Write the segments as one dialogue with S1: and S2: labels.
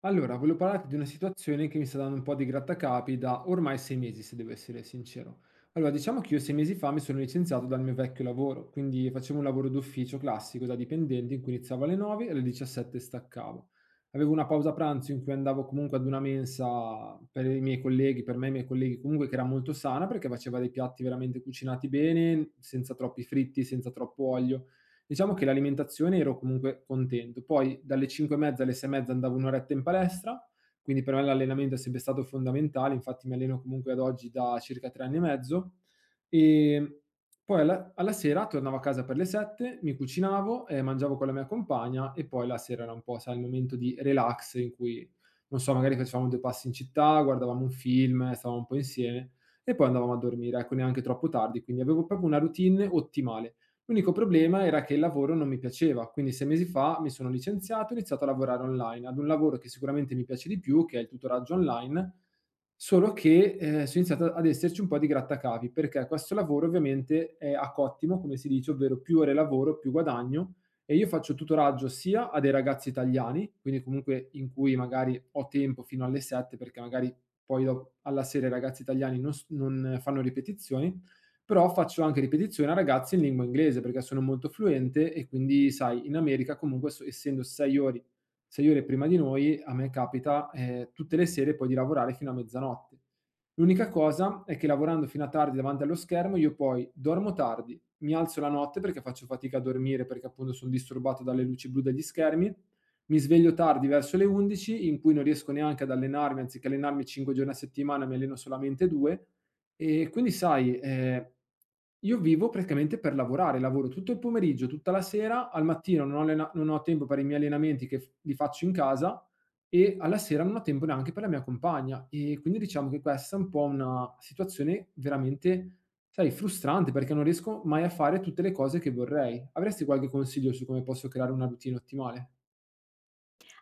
S1: Allora, volevo parlarti di una situazione che mi sta dando un po' di grattacapi da ormai 6 mesi, se devo essere sincero. Allora, diciamo che io 6 mesi fa mi sono licenziato dal mio vecchio lavoro, quindi facevo un lavoro d'ufficio classico da dipendente in cui iniziavo alle 9 e alle 17 staccavo. Avevo una pausa pranzo in cui andavo comunque ad una mensa per i miei colleghi, per me e i miei colleghi, comunque che era molto sana perché faceva dei piatti veramente cucinati bene, senza troppi fritti, senza troppo olio. Diciamo che l'alimentazione ero comunque contento. Poi dalle 5 e mezza alle 6 e mezza andavo 1 oretta in palestra, quindi per me l'allenamento è sempre stato fondamentale, infatti mi alleno comunque ad oggi da circa 3 anni e mezzo. Ehm, poi alla sera tornavo a casa per le 7, mi cucinavo, mangiavo con la mia compagna e poi la sera era un po', sai, il momento di relax in cui, non so, magari facevamo 2 passi in città, guardavamo un film, stavamo un po' insieme e poi andavamo a dormire, ecco, neanche troppo tardi, quindi avevo proprio una routine ottimale. L'unico problema era che il lavoro non mi piaceva, quindi 6 mesi fa mi sono licenziato e ho iniziato a lavorare online, ad un lavoro che sicuramente mi piace di più, che è il tutoraggio online, solo che, sono iniziato ad esserci un po' di grattacapi, perché questo lavoro ovviamente è a cottimo, come si dice, ovvero più ore lavoro più guadagno, e io faccio tutoraggio sia a dei ragazzi italiani, quindi comunque in cui magari ho tempo fino alle 7 perché magari poi do alla sera i ragazzi italiani non fanno ripetizioni, però faccio anche ripetizione a ragazzi in lingua inglese perché sono molto fluente e quindi, sai, in America comunque so essendo 6 ore prima di noi, a me capita, tutte le sere poi di lavorare fino a mezzanotte. L'unica cosa è che lavorando fino a tardi davanti allo schermo io poi dormo tardi, mi alzo la notte perché faccio fatica a dormire perché appunto son disturbato dalle luci blu degli schermi, mi sveglio tardi verso le 11 in cui non riesco neanche ad allenarmi, anziché allenarmi 5 giorni a settimana mi alleno solamente 2. E quindi sai, io vivo praticamente per lavorare, lavoro tutto il pomeriggio, tutta la sera, al mattino non ho tempo per i miei allenamenti che f li faccio in casa e alla sera non ho tempo neanche per la mia compagna. E quindi diciamo che questa è un po' una situazione veramente, sai, frustrante perché non riesco mai a fare tutte le cose che vorrei. Avresti qualche consiglio su come posso creare una routine ottimale?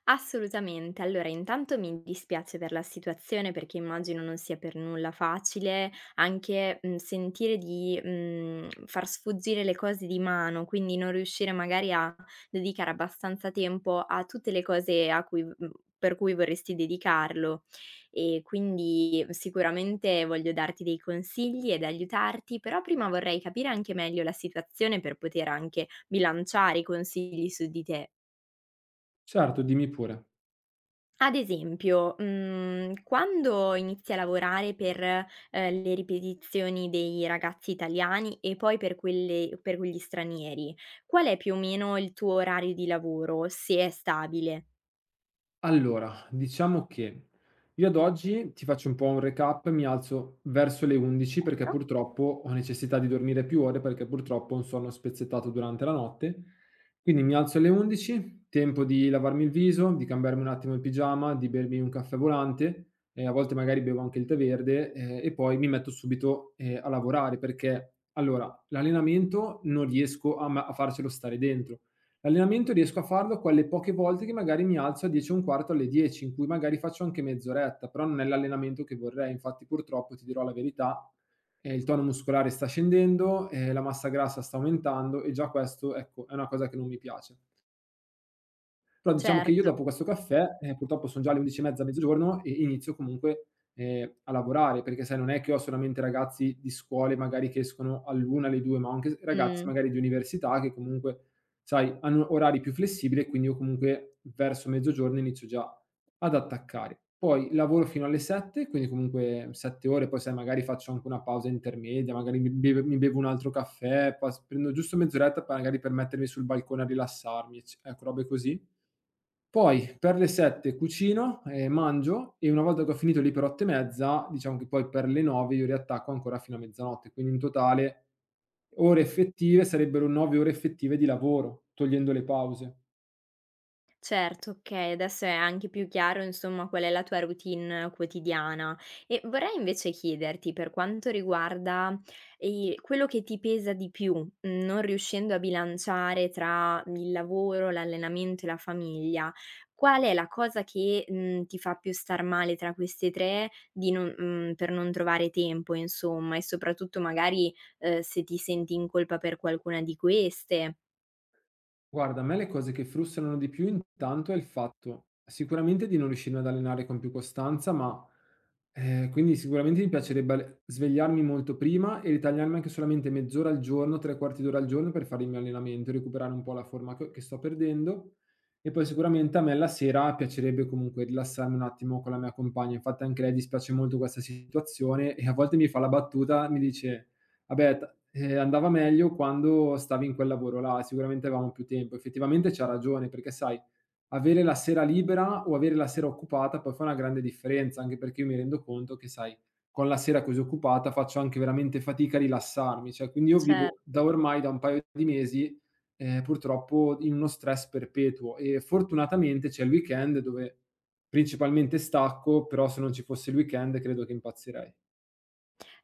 S2: Assolutamente. Allora, intanto mi dispiace per la situazione perché immagino non sia per nulla facile anche, sentire di, far sfuggire le cose di mano, quindi non riuscire magari a dedicare abbastanza tempo a tutte le cose a cui per cui vorresti dedicarlo. E quindi sicuramente voglio darti dei consigli ed aiutarti, però prima vorrei capire anche meglio la situazione per poter anche bilanciare i consigli su di te.
S1: Certo, dimmi pure.
S2: Ad esempio, quando inizi a lavorare per, le ripetizioni dei ragazzi italiani e poi per quelle per quegli stranieri, qual è più o meno il tuo orario di lavoro, se è stabile?
S1: Allora, diciamo che io ad oggi ti faccio un po' un recap, mi alzo verso le 11 perché
S2: Certo.
S1: purtroppo ho necessità di dormire più ore perché purtroppo ho un sonno spezzettato durante la notte. Quindi mi alzo alle 11, tempo di lavarmi il viso, di cambiarmi un attimo il pigiama, di bermi un caffè volante, e a volte magari bevo anche il tè verde e poi mi metto subito a lavorare perché allora l'allenamento non riesco a farcelo stare dentro. L'allenamento riesco a farlo quelle poche volte che magari mi alzo a 10 e un quarto, alle 10, in cui magari faccio anche mezz'oretta, però non è l'allenamento che vorrei. Infatti purtroppo, ti dirò la verità, il tono muscolare sta scendendo, la massa grassa sta aumentando e già questo, ecco, è una cosa che non mi piace. Però diciamo che io
S2: Certo.
S1: dopo questo caffè, purtroppo son già le 11 e mezza, mezzogiorno e inizio comunque, a lavorare, perché sai non è che ho solamente ragazzi di scuole magari che escono all'1, alle 2, ma ho anche s ragazzi
S2: Mh.
S1: magari di università che comunque, sai, hanno orari più flessibili e quindi io comunque verso mezzogiorno inizio già ad attaccare. Poi lavoro fino alle 7, quindi comunque 7 ore, poi sai magari faccio anche una pausa intermedia, magari mi bevo un altro caffè, pas prendo giusto mezz'oretta magari per mettermi sul balcone a rilassarmi, ecco robe così. Poi per le 7 cucino e mangio e una volta che ho finito lì per 8 e mezza, diciamo che poi per le 9 io riattacco ancora fino a mezzanotte, quindi in totale ore effettive sarebbero 9 ore effettive di lavoro, togliendo le pause.
S2: Certo, okay, adesso è anche più chiaro, insomma, qual è la tua routine quotidiana. E vorrei invece chiederti, per quanto riguarda, quello che ti pesa di più, non riuscendo a bilanciare tra il lavoro, l'allenamento e la famiglia, qual è la cosa che, ti fa più star male tra queste 3, di non per non trovare tempo insomma, e soprattutto magari, se ti senti in colpa per qualcuna di queste?
S1: Guarda, a me le cose che frustrano di più intanto è il fatto sicuramente di non riuscirmi ad allenare con più costanza, ma quindi sicuramente mi piacerebbe svegliarmi molto prima e ritagliarmi anche solamente mezz'ora al giorno, tre quarti d'ora al giorno per fare il mio allenamento, e recuperare un po' la forma che sto perdendo. E poi sicuramente a me la sera piacerebbe comunque rilassarmi un attimo con la mia compagna. Infatti anche lei dispiace molto questa situazione e a volte mi fa la battuta, mi dice... Vabbè, t andava meglio quando stavi in quel lavoro là, sicuramente avevamo più tempo. Effettivamente c'ha ragione, perché sai, avere la sera libera o avere la sera occupata poi fa una grande differenza, anche perché io mi rendo conto che, sai, con la sera così occupata faccio anche veramente fatica a rilassarmi, cioè quindi io vivo
S2: Certo.
S1: da ormai da un paio di mesi, purtroppo in uno stress perpetuo e fortunatamente c'è il weekend dove principalmente stacco, però se non ci fosse il weekend credo che impazzirei.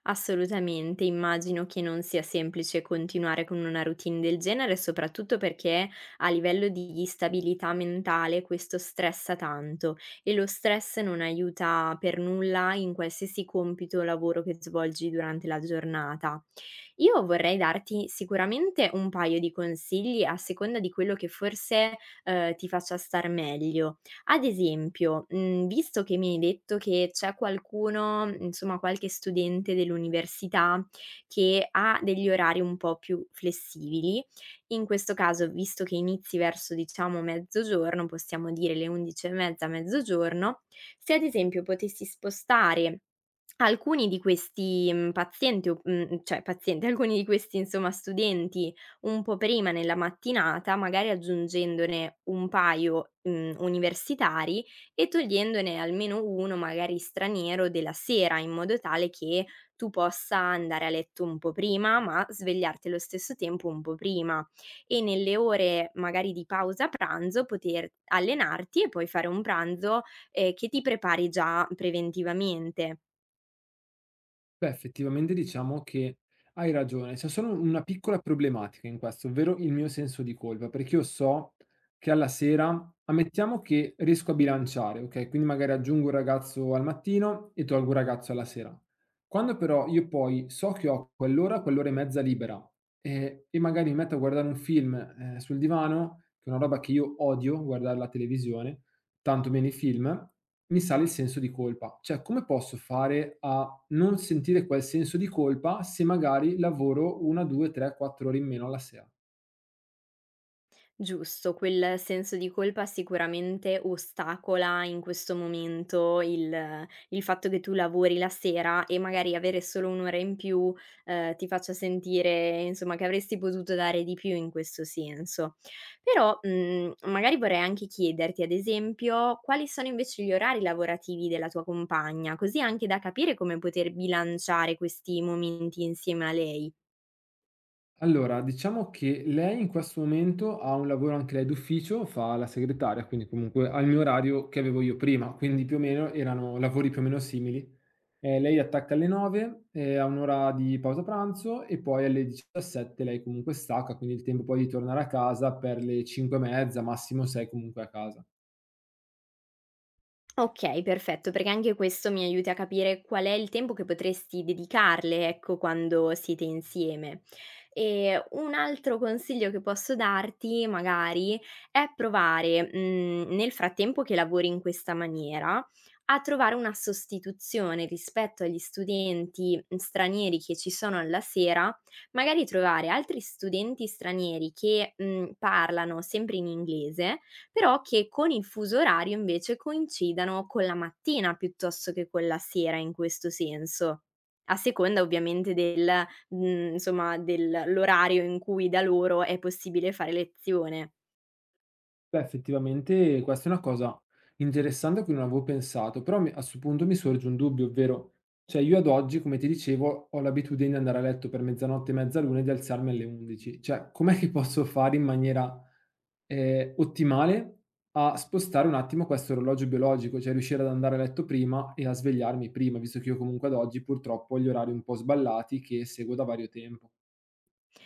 S2: Assolutamente, immagino che non sia semplice continuare con una routine del genere, soprattutto perché a livello di stabilità mentale questo stressa tanto e lo stress non aiuta per nulla in qualsiasi compito o lavoro che svolgi durante la giornata. Io vorrei darti sicuramente un paio di consigli a seconda di quello che forse, ti faccia star meglio. Ad esempio, visto che mi hai detto che c'è qualcuno, insomma qualche studente dell'università che ha degli orari un po' più flessibili, in questo caso, visto che inizi verso diciamo mezzogiorno, possiamo dire le 11 e mezza, mezzogiorno, se ad esempio potessi spostare alcuni di questi, pazienti o cioè pazienti, alcuni di questi insomma studenti un po' prima nella mattinata, magari aggiungendone un paio, universitari e togliendone almeno 1 magari straniero della sera, in modo tale che tu possa andare a letto un po' prima, ma svegliarti allo stesso tempo un po' prima e nelle ore magari di pausa pranzo poter allenarti e poi fare un pranzo, che ti prepari già preventivamente.
S1: Beh, effettivamente diciamo che hai ragione. C'è solo una piccola problematica in questo, ovvero il mio senso di colpa, perché io so che alla sera, ammettiamo che riesco a bilanciare, ok? Quindi magari aggiungo un ragazzo al mattino e tolgo un ragazzo alla sera. Quando però io poi so che ho quell'ora, quell'ora e mezza libera magari mi metto a guardare un film sul divano, che è una roba che io odio, guardare la televisione, tanto meno i film, mi sale il senso di colpa. Cioè, come posso fare a non sentire quel senso di colpa se magari lavoro 1, 2, 3, 4 ore in meno alla sera.
S2: Giusto, quel senso di colpa sicuramente ostacola in questo momento il fatto che tu lavori la sera e magari avere solo 1 ora in più, ti faccia sentire insomma che avresti potuto dare di più in questo senso. Però, magari vorrei anche chiederti, ad esempio, quali sono invece gli orari lavorativi della tua compagna, così anche da capire come poter bilanciare questi momenti insieme a lei.
S1: Allora, diciamo che lei in questo momento ha un lavoro anche lei d'ufficio, fa la segretaria, quindi comunque ha il mio orario che avevo io prima, quindi più o meno erano lavori più o meno simili. Lei attacca alle 9, ha 1 ora di pausa pranzo e poi alle 17 lei comunque stacca, quindi il tempo poi di tornare a casa per le 5 e mezza, massimo 6 comunque a casa.
S2: Okay, perfetto, perché anche questo mi aiuta a capire qual è il tempo che potresti dedicarle, ecco, quando siete insieme. E un altro consiglio che posso darti, magari, è provare, nel frattempo che lavori in questa maniera, a trovare una sostituzione rispetto agli studenti, stranieri che ci sono alla sera, magari trovare altri studenti stranieri che, parlano sempre in inglese però che con il fuso orario invece coincidano con la mattina piuttosto che con la sera in questo senso. A seconda ovviamente del insomma, del l'orario in cui da loro è possibile fare lezione.
S1: Beh, effettivamente questa è una cosa interessante a cui non avevo pensato, però a questo punto mi sorge un dubbio, ovvero, cioè io ad oggi, come ti dicevo, ho l'abitudine di andare a letto per mezzanotte e mezzaluna e di alzarmi alle 11. Cioè, com'è che posso fare in maniera ottimale a spostare un attimo questo orologio biologico, cioè riuscire ad andare a letto prima e a svegliarmi prima, visto che io comunque ad oggi purtroppo ho gli orari un po' sballati che seguo da vario tempo.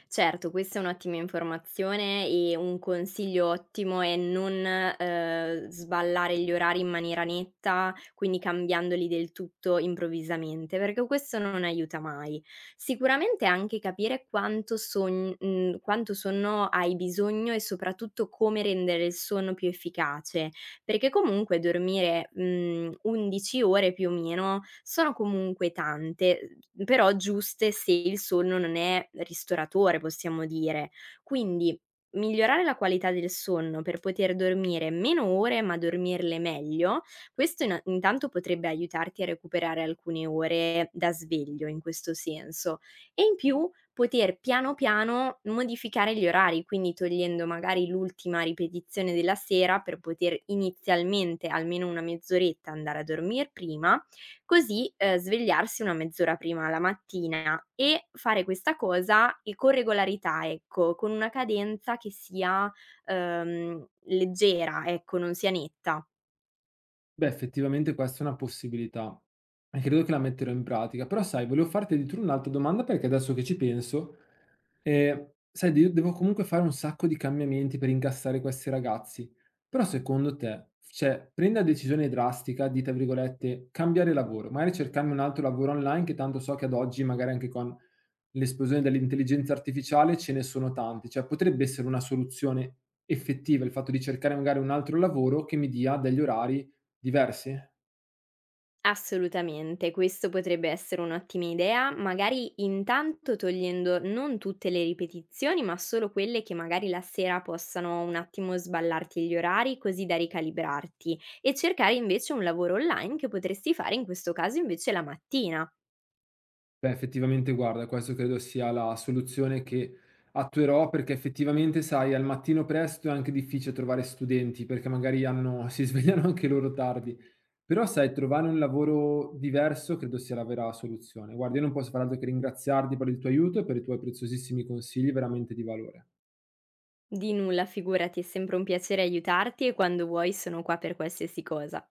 S2: Certo, questa è un'ottima informazione e un consiglio ottimo è non, sballare gli orari in maniera netta, quindi cambiandoli del tutto improvvisamente, perché questo non aiuta mai. Sicuramente anche capire quanto sonno hai bisogno e soprattutto come rendere il sonno più efficace. Perché comunque dormire, 11 ore più o meno sono comunque tante, però giuste se il sonno non è ristoratore, possiamo dire. Quindi migliorare la qualità del sonno per poter dormire meno ore, ma dormirle meglio, questo ina intanto potrebbe aiutarti a recuperare alcune ore da sveglio in questo senso. E in più poter piano piano modificare gli orari, quindi togliendo magari l'ultima ripetizione della sera per poter inizialmente almeno una mezz'oretta andare a dormir prima, così, svegliarsi una mezz'ora prima la mattina e fare questa cosa e con regolarità, ecco, con una cadenza che sia, leggera, ecco, non sia netta.
S1: Beh, effettivamente questa è una possibilità e credo che la metterò in pratica. Però sai, volevo farti di tu un'altra domanda perché adesso che ci penso, sai, io devo comunque fare un sacco di cambiamenti per incassare questi ragazzi. Però secondo te, cioè, prendi la decisione drastica di, tra virgolette, "cambiare lavoro", magari cercarmi un altro lavoro online che tanto so che ad oggi, magari anche con l'esplosione dell'intelligenza artificiale, ce ne sono tanti. Cioè, potrebbe essere una soluzione effettiva il fatto di cercare magari un altro lavoro che mi dia degli orari diversi?
S2: Assolutamente, questo potrebbe essere un'ottima idea, magari intanto togliendo non tutte le ripetizioni, ma solo quelle che magari la sera possano un attimo sballarti gli orari, così da ricalibrarti e cercare invece un lavoro online che potresti fare in questo caso invece la mattina.
S1: Beh, effettivamente guarda, questo credo sia la soluzione che attuerò perché effettivamente, sai, al mattino presto è anche difficile trovare studenti perché magari hanno si svegliano anche loro tardi. Però sai, trovare un lavoro diverso credo sia la vera soluzione. Guarda, io non posso far altro che ringraziarti per il tuo aiuto e per i tuoi preziosissimi consigli veramente di valore.
S2: Di nulla, figurati, è sempre un piacere aiutarti e quando vuoi sono qua per qualsiasi cosa.